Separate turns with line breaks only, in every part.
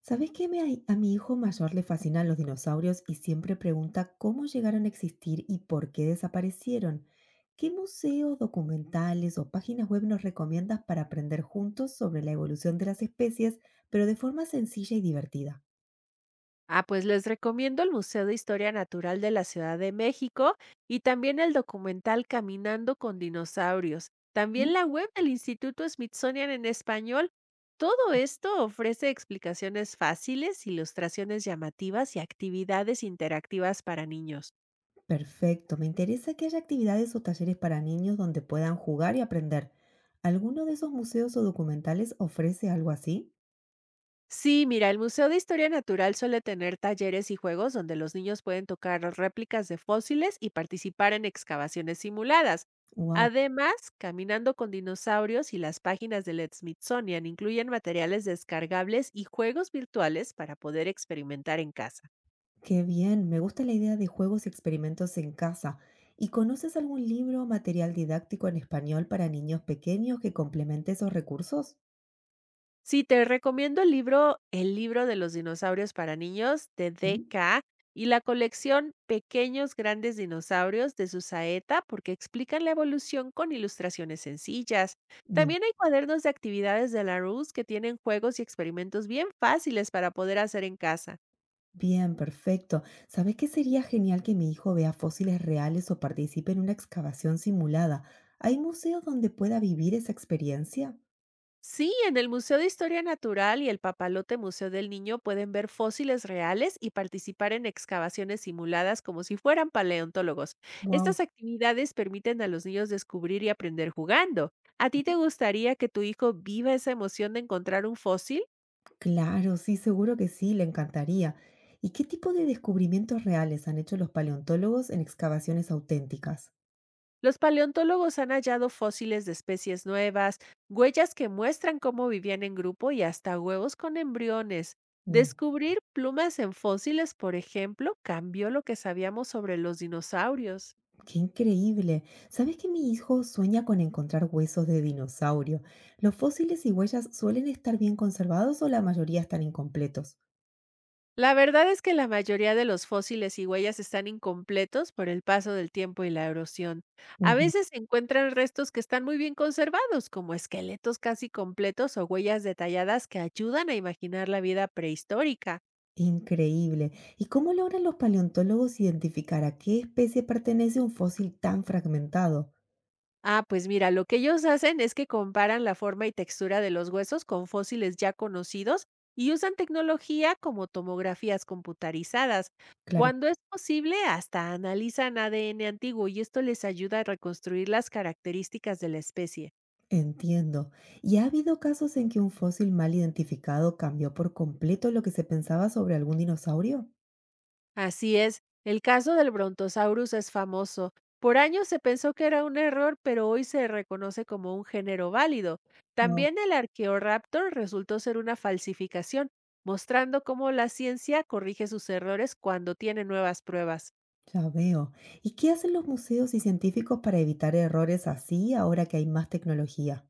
¿Sabes qué? A mi hijo mayor le fascinan los dinosaurios y siempre pregunta cómo llegaron a existir y por qué desaparecieron. ¿Qué museos, documentales o páginas web nos recomiendas para aprender juntos sobre la evolución de las especies, pero de forma sencilla y divertida?
Pues les recomiendo el Museo de Historia Natural de la Ciudad de México y también el documental Caminando con Dinosaurios. También
¿Mm?
la web del Instituto Smithsonian en español. Todo esto ofrece explicaciones fáciles, ilustraciones llamativas y actividades interactivas para niños.
Perfecto, me interesa que haya actividades o talleres para niños donde puedan jugar y aprender. ¿Alguno de esos museos o documentales ofrece algo así?
Sí, mira, el Museo de Historia Natural suele tener talleres y juegos donde los niños pueden tocar réplicas de fósiles y participar en excavaciones simuladas. Además, Caminando con dinosaurios y las páginas del Smithsonian incluyen materiales descargables y juegos virtuales para poder experimentar en casa.
Qué bien, me gusta la idea de juegos y experimentos en casa. ¿Y conoces algún libro o material didáctico en español para niños pequeños que complemente esos recursos?
Sí, te recomiendo el libro El libro de los dinosaurios para niños de
Ujú.
DK y la colección Pequeños Grandes Dinosaurios de Susaeta, porque explican la evolución con ilustraciones sencillas.
Bien,
También hay cuadernos de actividades de la Rus que tienen juegos y experimentos bien fáciles para poder hacer en casa.
bien, perfecto. ¿Sabes qué sería genial que mi hijo vea fósiles reales o participe en una excavación simulada? ¿Hay museos donde pueda vivir esa experiencia?
Sí, en el Museo de Historia Natural y el Papalote Museo del Niño pueden ver fósiles reales y participar en excavaciones simuladas como si fueran paleontólogos. Estas
Wow,
actividades permiten a los niños descubrir y aprender jugando. ¿A ti te gustaría que tu hijo viva esa emoción de encontrar un fósil?
claro, sí, seguro que sí, le encantaría. ¿Y qué tipo de descubrimientos reales han hecho los paleontólogos en excavaciones auténticas?
Los paleontólogos han hallado fósiles de especies nuevas, huellas que muestran cómo vivían en grupo y hasta huevos con embriones. Descubrir plumas en fósiles, por ejemplo, cambió lo que sabíamos sobre los dinosaurios.
Qué increíble. ¿Sabes que mi hijo sueña con encontrar huesos de dinosaurio? ¿Los fósiles y huellas suelen estar bien conservados o la mayoría están incompletos?
La verdad es que la mayoría de los fósiles y huellas están incompletos por el paso del tiempo y la erosión. A
Ujú.
veces se encuentran restos que están muy bien conservados, como esqueletos casi completos o huellas detalladas que ayudan a imaginar la vida prehistórica.
Increíble. ¿Y cómo logran los paleontólogos identificar a qué especie pertenece un fósil tan fragmentado?
Pues mira, lo que ellos hacen es que comparan la forma y textura de los huesos con fósiles ya conocidos y usan tecnología como tomografías computarizadas.
Claro,
Cuando es posible, hasta analizan ADN antiguo, y esto les ayuda a reconstruir las características de la especie.
entiendo. ¿Y ha habido casos en que un fósil mal identificado cambió por completo lo que se pensaba sobre algún dinosaurio?
Así es, el caso del Brontosaurus es famoso. Por años se pensó que era un error, pero hoy se reconoce como un género válido.
Wow.
También el Archaeoraptor resultó ser una falsificación, mostrando cómo la ciencia corrige sus errores cuando tiene nuevas pruebas.
Ya veo. ¿Y qué hacen los museos y científicos para evitar errores así ahora que hay más tecnología?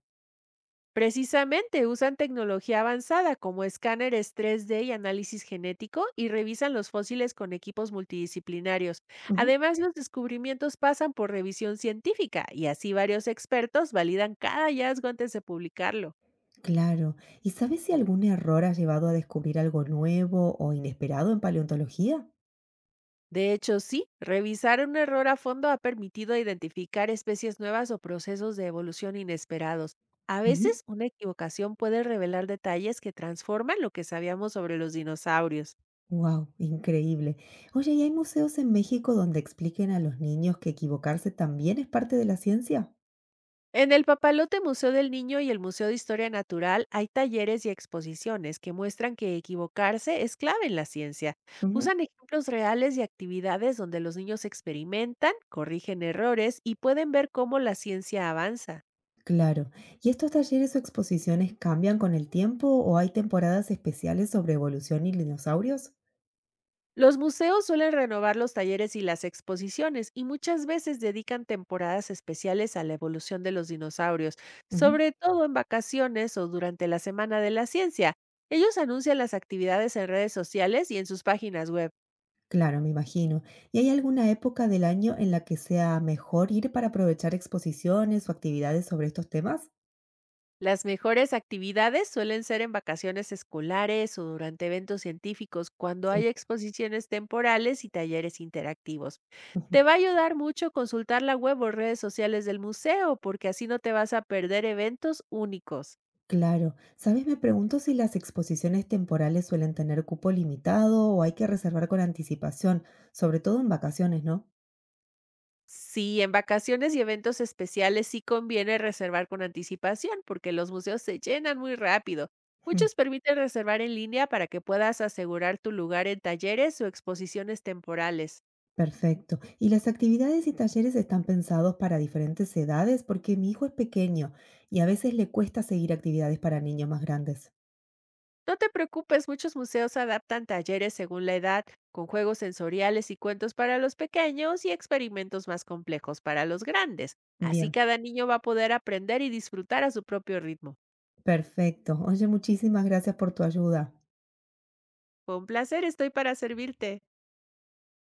Precisamente usan tecnología avanzada como escáneres 3D y análisis genético, y revisan los fósiles con equipos multidisciplinarios.
Ujú.
Además, los descubrimientos pasan por revisión científica y así varios expertos validan cada hallazgo antes de publicarlo.
Claro. ¿Y sabes si algún error ha llevado a descubrir algo nuevo o inesperado en paleontología?
De hecho, sí, revisar un error a fondo ha permitido identificar especies nuevas o procesos de evolución inesperados. A
Ujú.
veces, una equivocación puede revelar detalles que transforman lo que sabíamos sobre los dinosaurios.
Wow, increíble. Oye, ¿y hay museos en México donde expliquen a los niños que equivocarse también es parte de la ciencia?
En el Papalote Museo del Niño y el Museo de Historia Natural hay talleres y exposiciones que muestran que equivocarse es clave en la ciencia.
Ujú.
Usan ejemplos reales y actividades donde los niños experimentan, corrigen errores y pueden ver cómo la ciencia avanza.
Claro. ¿Y estos talleres o exposiciones cambian con el tiempo o hay temporadas especiales sobre evolución y dinosaurios?
Los museos suelen renovar los talleres y las exposiciones, y muchas veces dedican temporadas especiales a la evolución de los dinosaurios, sobre todo en vacaciones o durante la Semana de la Ciencia. Ellos anuncian las actividades en redes sociales y en sus páginas web.
Claro, me imagino. ¿Y hay alguna época del año en la que sea mejor ir para aprovechar exposiciones o actividades sobre estos temas?
Las mejores actividades suelen ser en vacaciones escolares o durante eventos científicos, cuando
Sí.
hay exposiciones temporales y talleres interactivos.
Ujú.
Te va a ayudar mucho consultar la web o redes sociales del museo, porque así no te vas a perder eventos únicos.
Claro. ¿Sabes? Me pregunto si las exposiciones temporales suelen tener cupo limitado o hay que reservar con anticipación, sobre todo en vacaciones, ¿no?
Sí, en vacaciones y eventos especiales sí conviene reservar con anticipación, porque los museos se llenan muy rápido.
Ujú.
Muchos permiten reservar en línea para que puedas asegurar tu lugar en talleres o exposiciones temporales.
Perfecto. ¿Y las actividades y talleres están pensados para diferentes edades? Porque mi hijo es pequeño y a veces le cuesta seguir actividades para niños más grandes.
No te preocupes, muchos museos adaptan talleres según la edad, con juegos sensoriales y cuentos para los pequeños y experimentos más complejos para los grandes. Así
Bien,
cada niño va a poder aprender y disfrutar a su propio ritmo.
perfecto. Oye, muchísimas gracias por tu ayuda.
Fue un placer, estoy para servirte.